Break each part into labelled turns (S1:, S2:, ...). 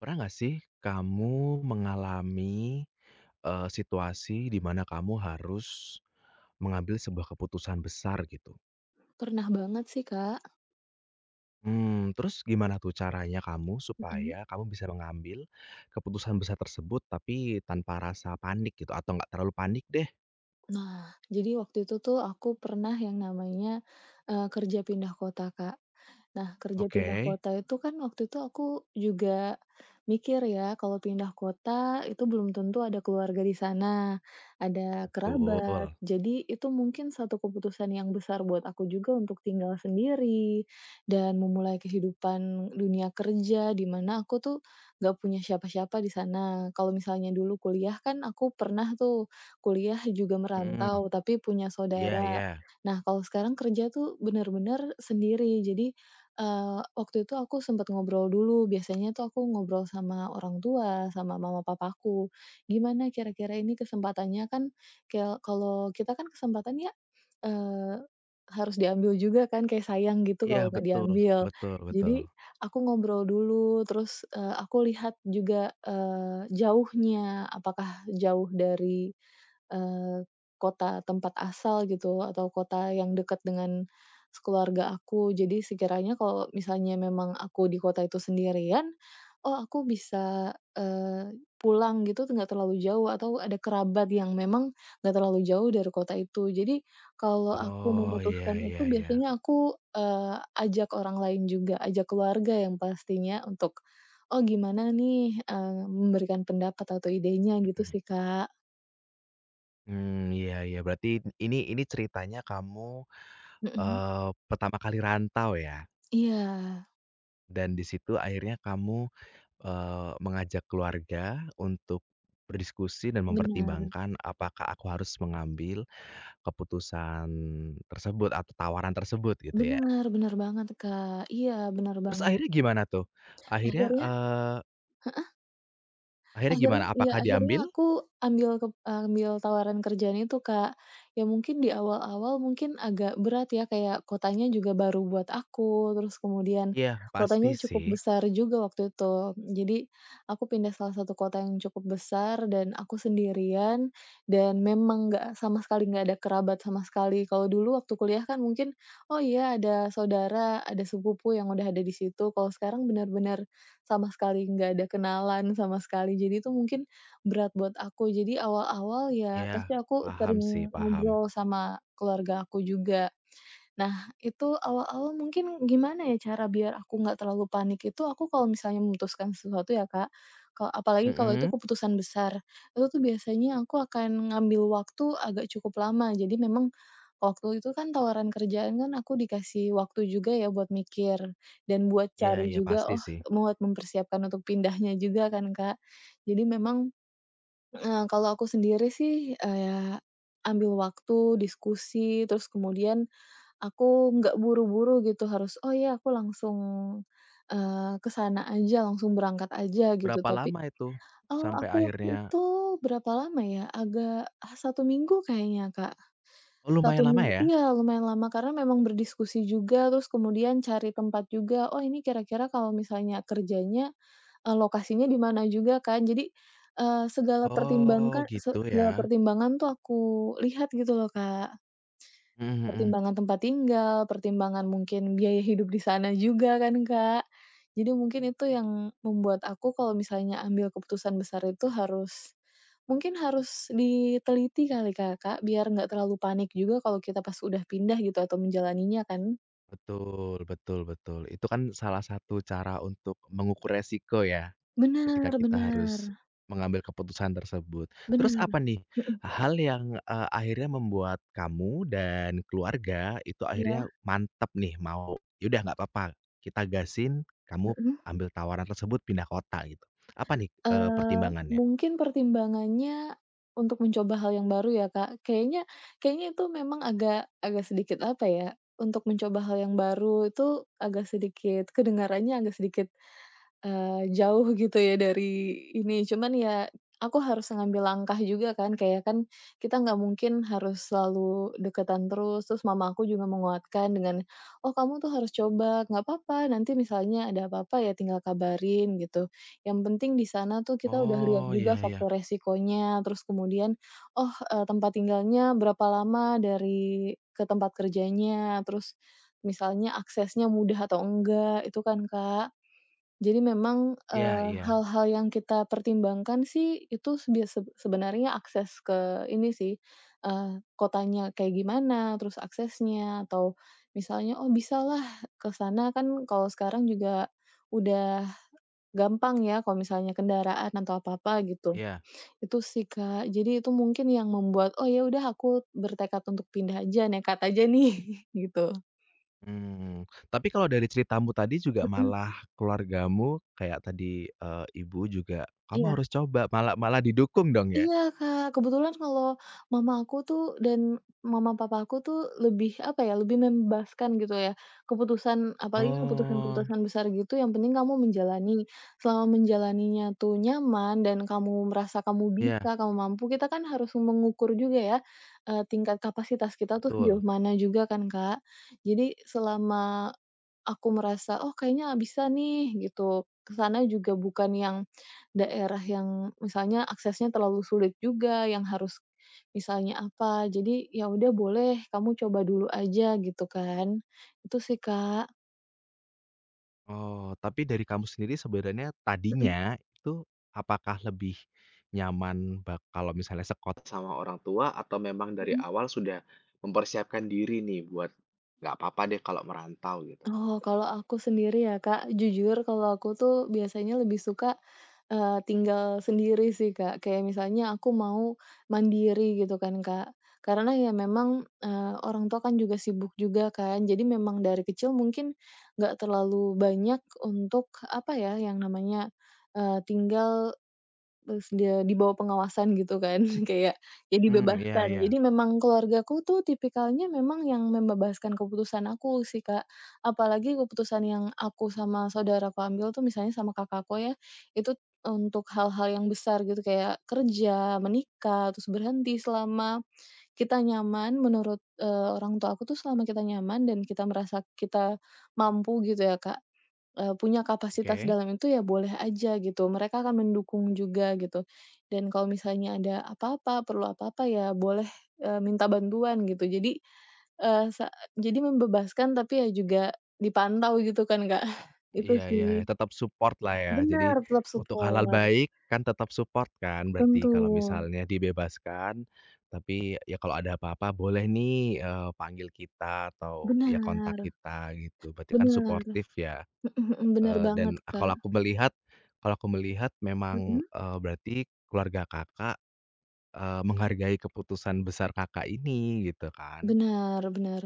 S1: Pernah nggak sih kamu mengalami, situasi di mana kamu harus mengambil sebuah keputusan besar gitu?
S2: Pernah banget sih, Kak.
S1: Terus gimana tuh caranya kamu
S2: Mhm.
S1: supaya kamu bisa mengambil keputusan besar tersebut tapi tanpa rasa panik gitu atau nggak terlalu panik deh?
S2: Nah, jadi waktu itu tuh aku pernah yang namanya, kerja pindah kota, Kak. Nah, kerja pindah
S1: Oke,
S2: kota itu kan waktu itu aku juga mikir ya, kalau pindah kota itu belum tentu ada keluarga di sana, ada kerabat.
S1: betul,
S2: Jadi itu mungkin satu keputusan yang besar buat aku juga untuk tinggal sendiri dan memulai kehidupan dunia kerja, di mana aku tuh gak punya siapa-siapa di sana. Kalau misalnya dulu kuliah kan aku pernah tuh kuliah juga
S1: mhm,
S2: merantau, tapi punya
S1: iya
S2: saudara.
S1: iya,
S2: Nah, kalau sekarang kerja tuh bener-bener sendiri. Jadi, waktu itu aku sempet ngobrol dulu, biasanya tuh aku ngobrol sama orang tua, sama mama papaku, "Gimana kira-kira ini kesempatannya?" Kan keo kalau kita kan kesempatan ya, eee, harus diambil juga kan, kayak sayang gitu
S1: iya
S2: kalau nggak
S1: betul,
S2: diambil.
S1: betul betul.
S2: Jadi, aku ngobrol dulu, terus, aku lihat juga, jauhnya, apakah jauh dari eee, kota tempat asal gitu atau kota yang dekat dengan keluarga aku. Jadi sekiranya kalau misalnya memang aku di kota itu sendirian, oh aku bisa, pulang gitu nggak terlalu jauh atau ada kerabat yang memang nggak terlalu jauh dari kota itu. Jadi kalau aku
S1: Oh, iya
S2: memutuskan itu
S1: iya iya,
S2: biasanya aku, ajak orang lain juga, ajak keluarga yang pastinya untuk, "Oh gimana nih?" Memberikan pendapat atau idenya gitu
S1: mhm,
S2: sih, Kak.
S1: mmm, iya iya berarti ini ceritanya kamu
S2: Mhm.
S1: Pertama kali rantau ya,
S2: Iya,
S1: dan di situ akhirnya kamu, mengajak keluarga untuk berdiskusi dan
S2: benar.
S1: mempertimbangkan apakah aku harus mengambil keputusan tersebut atau tawaran tersebut gitu ya.
S2: Benar benar banget, Kak. Iya, benar
S1: Terus
S2: banget.
S1: akhirnya gimana tuh? Akhirnya,
S2: Akhirnya
S1: eee, Akhirnya gimana?
S2: Akhirnya iya,
S1: Apakah
S2: akhirnya
S1: diambil?
S2: aku ambil tawaran kerjaan itu, Kak. Ya mungkin di awal-awal mungkin agak berat ya, kayak kotanya juga baru buat aku, terus kemudian
S1: Iya pasti
S2: kotanya cukup
S1: sih.
S2: besar juga waktu itu. Jadi aku pindah salah satu kota yang cukup besar dan aku sendirian, dan memang nggak sama sekali nggak ada kerabat sama sekali. Kalau dulu waktu kuliah kan mungkin, oh iya ada saudara, ada sepupu yang udah ada di situ, kalau sekarang benar-benar sama sekali nggak ada kenalan sama sekali. Jadi itu mungkin berat buat aku. Jadi awal-awal ya
S1: Iya,
S2: pasti aku
S1: paham sih,
S2: sering
S1: paham.
S2: ngobrol sama keluarga aku juga. Nah, itu awal-awal mungkin gimana ya cara biar aku nggak terlalu panik itu, aku kalau misalnya memutuskan sesuatu ya, Kak, apalagi kalau itu
S1: Mhm,
S2: keputusan besar, itu tuh biasanya aku akan ngambil waktu agak cukup lama. Jadi memang waktu itu kan tawaran kerjaan kan aku dikasih waktu juga ya buat mikir dan buat
S1: iya
S2: cari
S1: iya
S2: juga,
S1: pasti
S2: oh
S1: sih.
S2: buat mempersiapkan untuk pindahnya juga kan, Kak. Jadi memang, kalau aku sendiri sih, ya ambil waktu, diskusi, terus kemudian aku nggak buru-buru gitu harus, "Oh ya aku langsung, ke sana aja, langsung berangkat aja," gitu.
S1: Berapa
S2: Tapi
S1: lama itu
S2: oh
S1: sampai
S2: aku waktu
S1: akhirnya
S2: itu berapa lama ya, agak ah, 1 minggu kayaknya, Kak.
S1: oh
S2: 1
S1: lumayan lama
S2: minggu
S1: ya?
S2: iya lumayan lama karena memang berdiskusi juga, terus kemudian cari tempat juga, "Oh ini kira-kira kalau misalnya kerjanya, lokasinya di mana juga kan." Jadi, segala
S1: Oh
S2: pertimbangkan se
S1: gitu ya.
S2: segala pertimbangan tuh aku lihat gitu loh, Kak.
S1: Mhm mhm.
S2: Pertimbangan tempat tinggal, pertimbangan mungkin biaya hidup di sana juga kan, Kak. Jadi mungkin itu yang membuat aku kalau misalnya ambil keputusan besar itu harus mungkin harus diteliti kali Kak, biar nggak terlalu panik juga kalau kita pas udah pindah gitu atau menjalaninya kan.
S1: Betul betul betul. Itu kan salah satu cara untuk mengukur resiko ya, ketika
S2: Benar,
S1: kita
S2: benar,
S1: harus mengambil keputusan tersebut. Terus
S2: benar.
S1: apa nih,
S2: Mhm,
S1: hal yang, akhirnya membuat kamu dan keluarga itu
S2: iya,
S1: akhirnya mantap nih mau, "Ya udah nggak apa-apa, kita gasin, kamu
S2: mhm.
S1: ambil tawaran tersebut pindah kota," gitu. Apa nih, pertimbangannya?
S2: Mungkin pertimbangannya untuk mencoba hal yang baru ya, Kak. Kayaknya kayaknya itu memang agak agak sedikit apa ya, untuk mencoba hal yang baru itu agak sedikit kedengarannya agak sedikit jauh gitu ya dari ini, cuman ya aku harus ngambil langkah juga kan, kayak kan kita nggak mungkin harus selalu deketan terus, terus mama aku juga menguatkan dengan, "Oh kamu tuh harus coba, nggak apa-apa, nanti misalnya ada apa-apa ya tinggal kabarin," gitu. Yang penting di sana tuh kita udah lihat
S1: Oh,
S2: juga
S1: iya iya.
S2: faktor resikonya, terus kemudian, oh, tempat tinggalnya berapa lama dari ke tempat kerjanya, terus misalnya aksesnya mudah atau enggak, itu kan, Kak. Jadi memang,
S1: Iya iya.
S2: hal-hal yang kita pertimbangkan sih itu sebia seb sebenarnya akses ke ini sih, kotanya kayak gimana, terus aksesnya atau misalnya, oh bisalah ke sana kan kalau sekarang juga udah gampang ya kalau misalnya kendaraan atau apa-apa gitu.
S1: Iya.
S2: Itu sih, Kak. Jadi itu mungkin yang membuat, "Oh ya udah aku bertekad untuk pindah aja, nekat aja nih." Gitu.
S1: Hmm, tapi kalau dari ceritamu tadi juga
S2: Mhm,
S1: malah keluargamu kayak tadi, ibu juga, "Kamu
S2: iya.
S1: harus coba," malah malah didukung dong ya?
S2: Iya, Kak, kebetulan kalau mama aku tuh dan mama papa aku tuh lebih, apa ya, lebih membebaskan gitu ya, keputusan apalagi
S1: Oh,
S2: keputusan-keputusan besar gitu yang penting kamu menjalani. Selama menjalaninya tuh nyaman dan kamu merasa kamu bisa,
S1: iya,
S2: kamu mampu, kita kan harus mengukur juga ya, tingkat kapasitas kita tuh
S1: betul.
S2: sejauh mana juga kan, Kak. Jadi selama aku merasa, "Oh kayaknya bisa nih," gitu. Ke sana juga bukan yang daerah yang misalnya aksesnya terlalu sulit juga, yang harus misalnya apa. Jadi, "Ya udah boleh, kamu coba dulu aja," gitu kan. Itu sih, Kak.
S1: Oh, tapi dari kamu sendiri sebenarnya
S2: Mhm
S1: tadinya itu apakah lebih nyaman bak kalau misalnya sekot sama orang tua atau memang dari
S2: mhm.
S1: awal sudah mempersiapkan diri nih buat, "Nggak apa-apa deh kalau merantau," gitu?
S2: Oh, kalau aku sendiri ya, Kak, jujur kalau aku tuh biasanya lebih suka, tinggal sendiri sih, Kak. Kayak misalnya aku mau mandiri gitu kan, Kak. Karena ya memang, orang tua kan juga sibuk juga kan, jadi memang dari kecil mungkin nggak terlalu banyak untuk, apa ya, yang namanya, tinggal terus dia di bawah pengawasan gitu kan kayak ya
S1: Hmm, iya
S2: dibebaskan.
S1: iya,
S2: Jadi memang keluargaku tuh tipikalnya memang yang membebaskan keputusan aku sih, Kak. Apalagi keputusan yang aku sama saudaraku ambil tuh misalnya sama kakakku ya, itu untuk hal-hal yang besar gitu kayak kerja, menikah, terus berhenti selama kita nyaman menurut, orang tua aku tuh selama kita nyaman dan kita merasa kita mampu gitu ya, Kak. Punya kapasitas
S1: oke.
S2: dalam itu ya boleh aja gitu, mereka akan mendukung juga gitu. Dan kalau misalnya ada apa-apa, perlu apa-apa ya boleh, minta bantuan gitu. Jadi, eee, sa jadi membebaskan tapi ya juga dipantau gitu kan, Kak. Itu
S1: Iya iya,
S2: sih.
S1: tetap support-lah ya. Jadi
S2: Benar, tetap
S1: untuk halal
S2: support.
S1: baik kan tetap support kan berarti
S2: Tentu.
S1: kalau misalnya dibebaskan, tapi ya kalau ada apa-apa boleh nih, panggil kita atau ya kontak
S2: Benar
S1: kita gitu, berarti kan
S2: benar.
S1: suportif ya.
S2: Mhm mhm, benar banget,
S1: Dan
S2: Kak.
S1: kalau aku melihat memang,
S2: Mhm?
S1: berarti keluarga Kakak, menghargai keputusan besar Kakak ini gitu kan?
S2: Benar benar.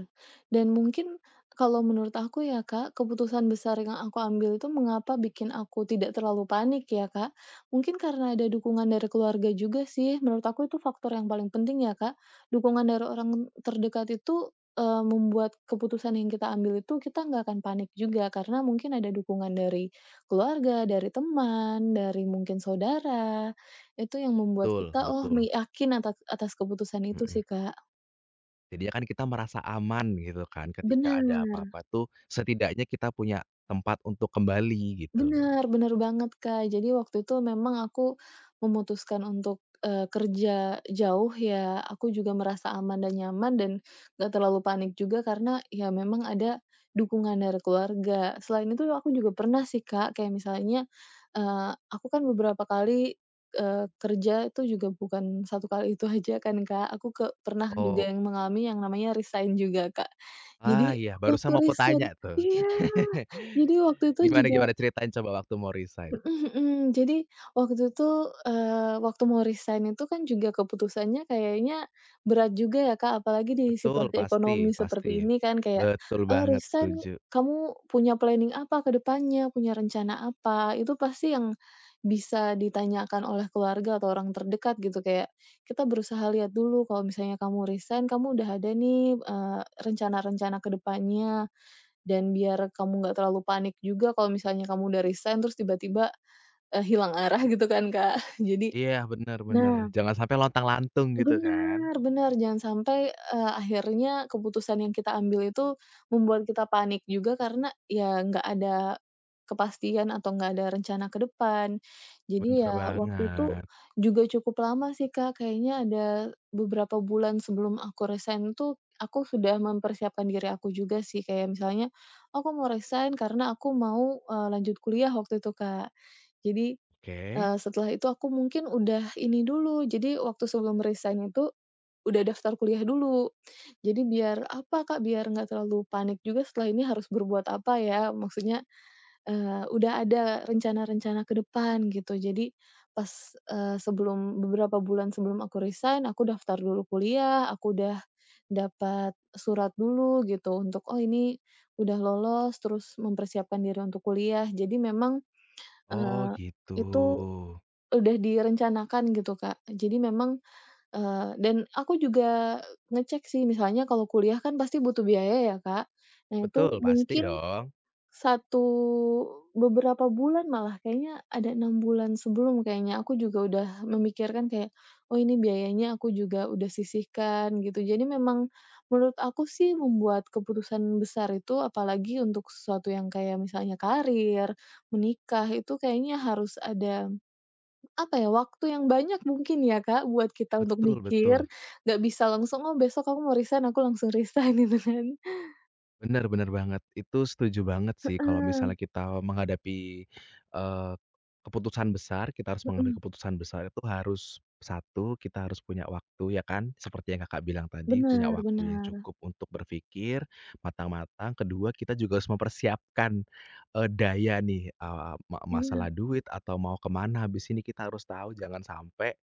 S2: Dan mungkin kalau menurut aku ya, Kak, keputusan besar yang aku ambil itu mengapa bikin aku tidak terlalu panik ya, Kak. Mungkin karena ada dukungan dari keluarga juga sih, menurut aku itu faktor yang paling penting ya, Kak. Dukungan dari orang terdekat itu, membuat keputusan yang kita ambil itu kita nggak akan panik juga, karena mungkin ada dukungan dari keluarga, dari teman, dari mungkin saudara, itu yang membuat
S1: Betul
S2: kita, oh,
S1: betul,
S2: yakin atas atas keputusan itu
S1: mhm.
S2: sih, Kak.
S1: Jadinya kan kita merasa aman gitu kan ketika ada
S2: Benar.
S1: apa-apa tuh setidaknya kita punya tempat untuk kembali gitu.
S2: Bener bener banget, Kak. Jadi waktu itu memang aku memutuskan untuk, kerja jauh ya, aku juga merasa aman dan nyaman dan nggak terlalu panik juga karena ya memang ada dukungan dari keluarga. Selain itu aku juga pernah sih, Kak, kayak misalnya, aku kan beberapa kali, kerja itu juga bukan 1 kali itu aja kan, Kak. Aku pernah
S1: Oh,
S2: juga yang mengalami yang namanya resign juga, Kak.
S1: ah,
S2: Jadi
S1: iya
S2: waktu
S1: barusan mau
S2: resign
S1: kutanya tuh.
S2: iya, jadi waktu itu
S1: Gimana
S2: juga
S1: gimana ceritain coba waktu mau resign?
S2: mhm, jadi waktu itu, waktu mau resign itu kan juga keputusannya kayaknya berat juga ya, Kak, apalagi di
S1: Betul,
S2: situasi
S1: pasti
S2: ekonomi seperti
S1: pasti.
S2: ini kan kayak,
S1: Betul banget,
S2: resign
S1: setuju.
S2: kamu punya planning apa ke depannya, punya rencana apa, itu pasti yang bisa ditanyakan oleh keluarga atau orang terdekat gitu, kayak kita berusaha lihat dulu kalau misalnya kamu resign, kamu udah ada nih, rencana-rencana ke depannya dan biar kamu nggak terlalu panik juga kalau misalnya kamu udah resign terus tiba-tiba hilang arah gitu kan, Kak. Jadi
S1: Iya, bener bener,
S2: nah,
S1: jangan sampai lontang-lantung gitu kan.
S2: bener bener, jangan sampai, akhirnya keputusan yang kita ambil itu membuat kita panik juga karena ya nggak ada kepastian atau nggak ada rencana ke depan. Jadi
S1: Bener
S2: ya waktu itu
S1: banget,
S2: juga cukup lama sih, Kak, kayaknya ada beberapa bulan sebelum aku resign tuh aku sudah mempersiapkan diri aku juga sih, kayak misalnya aku mau resign karena aku mau, lanjut kuliah waktu itu, Kak. Jadi
S1: oke.
S2: Setelah itu aku mungkin udah ini dulu, jadi waktu sebelum resign itu udah daftar kuliah dulu. Jadi biar apa, Kak, biar nggak terlalu panik juga setelah ini harus berbuat apa ya, maksudnya, udah ada rencana-rencana ke depan gitu. Jadi pas, sebelum beberapa bulan sebelum aku resign, aku daftar dulu kuliah, aku udah dapat surat dulu gitu untuk, "Oh, ini udah lolos," terus mempersiapkan diri untuk kuliah. Jadi memang,
S1: Oh
S2: eee,
S1: gitu.
S2: itu udah direncanakan gitu, Kak. Jadi memang, dan aku juga ngecek sih misalnya kalau kuliah kan pasti butuh biaya ya, Kak. Nah itu
S1: Betul, pasti
S2: mungkin
S1: dong.
S2: satu beberapa bulan malah kayaknya ada 6 bulan sebelum kayaknya aku juga udah memikirkan kayak, "Oh ini biayanya aku juga udah sisihkan," gitu. Jadi memang menurut aku sih membuat keputusan besar itu apalagi untuk sesuatu yang kayak misalnya karir, menikah, itu kayaknya harus ada apa ya, waktu yang banyak mungkin ya, Kak, buat kita untuk
S1: Betul
S2: mikir,
S1: betul.
S2: nggak bisa langsung, "Oh, besok aku mau resign," aku langsung resign gitu kan.
S1: Benar-benar banget, itu setuju banget sih kalau
S2: Heeh,
S1: misalnya kita menghadapi, eee, keputusan besar, kita harus mengambil
S2: mhm,
S1: keputusan besar itu harus, satu kita harus punya waktu ya kan, seperti yang Kakak bilang tadi, punya
S2: bener
S1: waktu yang
S2: bener.
S1: cukup untuk berpikir matang-matang, kedua kita juga harus mempersiapkan, daya nih, eee, ma masalah
S2: Iya.
S1: duit atau mau ke mana habis ini kita harus tahu jangan sampai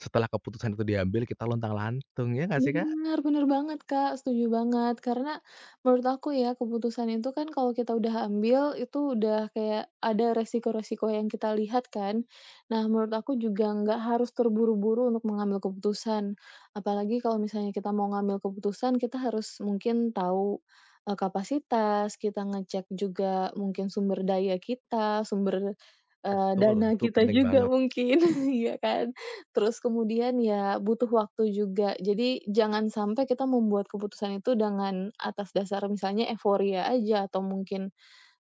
S1: setelah keputusan itu diambil kita lontang-lantung, ya nggak sih, Kak?
S2: Bener bener banget, Kak, setuju banget. Karena menurut aku ya, keputusan itu kan kalau kita udah ambil, itu udah kayak ada resiko-resiko yang kita lihat kan. Nah, menurut aku juga nggak harus terburu-buru untuk mengambil keputusan. Apalagi kalau misalnya kita mau ngambil keputusan, kita harus mungkin tahu, kapasitas, kita ngecek juga mungkin sumber daya kita, sumber,
S1: Betul,
S2: dana
S1: itu
S2: kita
S1: penting
S2: juga
S1: banget,
S2: mungkin, iya kan? Terus kemudian ya butuh waktu juga. Jadi jangan sampai kita membuat keputusan itu dengan atas dasar misalnya euforia aja atau mungkin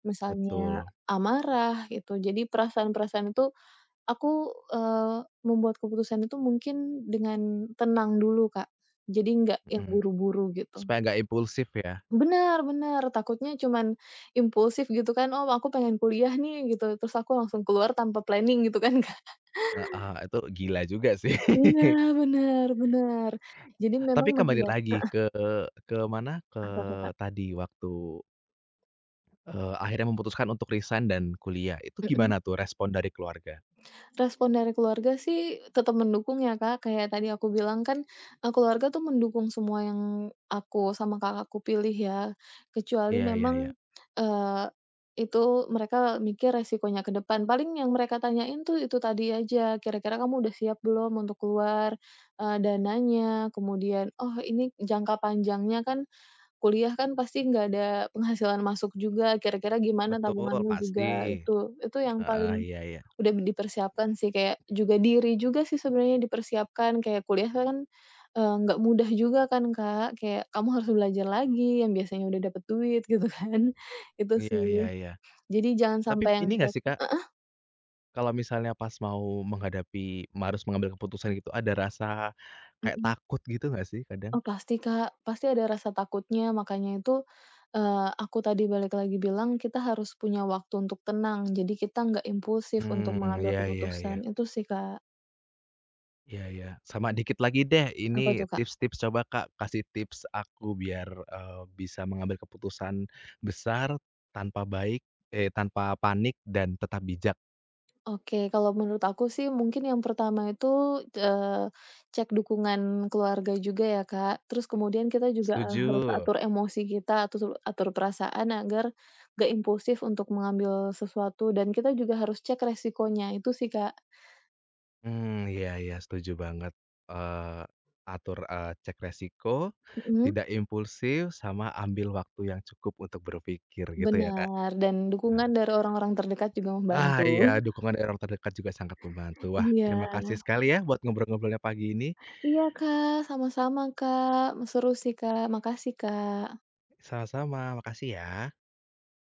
S2: misalnya
S1: betul,
S2: amarah gitu. Jadi perasaan-perasaan itu aku, membuat keputusan itu mungkin dengan tenang dulu, Kak. Jadi nggak yang
S1: mhm.
S2: buru-buru gitu.
S1: Supaya nggak impulsif ya?
S2: Benar-benar takutnya cuman impulsif gitu kan, "Oh, aku pengen kuliah nih," gitu, terus aku langsung keluar tanpa planning gitu kan, Kak.
S1: Heeh, itu gila juga sih.
S2: Iya, bener bener. Jadi
S1: Tapi
S2: memang
S1: kembali
S2: menghindari
S1: lagi ke mana, ke
S2: apa tuh, Kak?
S1: tadi waktu, akhirnya memutuskan untuk resign dan kuliah, itu
S2: Mhm.
S1: gimana tuh respon dari keluarga?
S2: Respon dari keluarga sih tetap mendukung ya, Kak. Kayak tadi aku bilang kan, keluarga tuh mendukung semua yang aku sama kakakku pilih ya, kecuali
S1: Iya iya iya.
S2: memang, eee, itu mereka mikir resikonya ke depan. Paling yang mereka tanyain tuh itu tadi aja, "Kira-kira kamu udah siap belum untuk keluar?" Dananya, kemudian, "Oh, ini jangka panjangnya kan kuliah kan pasti nggak ada penghasilan masuk juga, kira-kira gimana
S1: Betul,
S2: tabunganmu
S1: pasti.
S2: juga, itu yang paling
S1: Heeh, iya iya.
S2: udah dipersiapkan sih, kayak juga diri juga sih sebenarnya dipersiapkan, kayak kuliah kan, nggak mudah juga kan, Kak, kayak kamu harus belajar lagi yang biasanya udah dapet duit gitu kan," itu
S1: Iya iya
S2: sih.
S1: iya.
S2: Jadi jangan
S1: Tapi
S2: sampai yang
S1: ini nggak
S2: kayak
S1: sih, Kak,
S2: heeh,
S1: kalau misalnya pas mau menghadapi harus mengambil keputusan gitu, ada rasa kayak
S2: mhm.
S1: takut gitu nggak sih kadang?
S2: Oh, pasti Kak, pasti ada rasa takutnya makanya itu, aku tadi balik lagi bilang kita harus punya waktu untuk tenang, jadi kita nggak impulsif untuk
S1: Hmm,
S2: mengambil
S1: iya iya
S2: keputusan,
S1: iya.
S2: itu sih Kak.
S1: Iya iya, sama dikit lagi deh
S2: Apa
S1: ini
S2: tuh, Kak?
S1: tips-tips coba Kak, kasih tips aku biar, bisa mengambil keputusan besar tanpa tanpa panik dan tetap bijak.
S2: Oke, kalau menurut aku sih mungkin yang pertama itu, cek dukungan keluarga juga ya Kak, terus kemudian kita juga, harus
S1: Setuju.
S2: atur emosi kita, atur perasaan agar nggak impulsif untuk mengambil sesuatu dan kita juga harus cek resikonya, itu sih Kak.
S1: Hmm, iya iya setuju banget, eee, atur, cek resiko,
S2: Mhm.
S1: tidak impulsif, sama ambil waktu yang cukup untuk berpikir gitu ya Kak?
S2: Benar, dan
S1: Heeh.
S2: dukungan dari orang-orang terdekat juga
S1: Wah
S2: membantu.
S1: iya dukungan dari orang terdekat juga sangat membantu. Wah terima kasih
S2: Iya.
S1: sekali ya buat ngobrol-ngobrolnya pagi ini.
S2: Iya, Kak, sama-sama, Kak. Seru sih, Kak. Makasih, Kak.
S1: Sama-sama, makasih ya.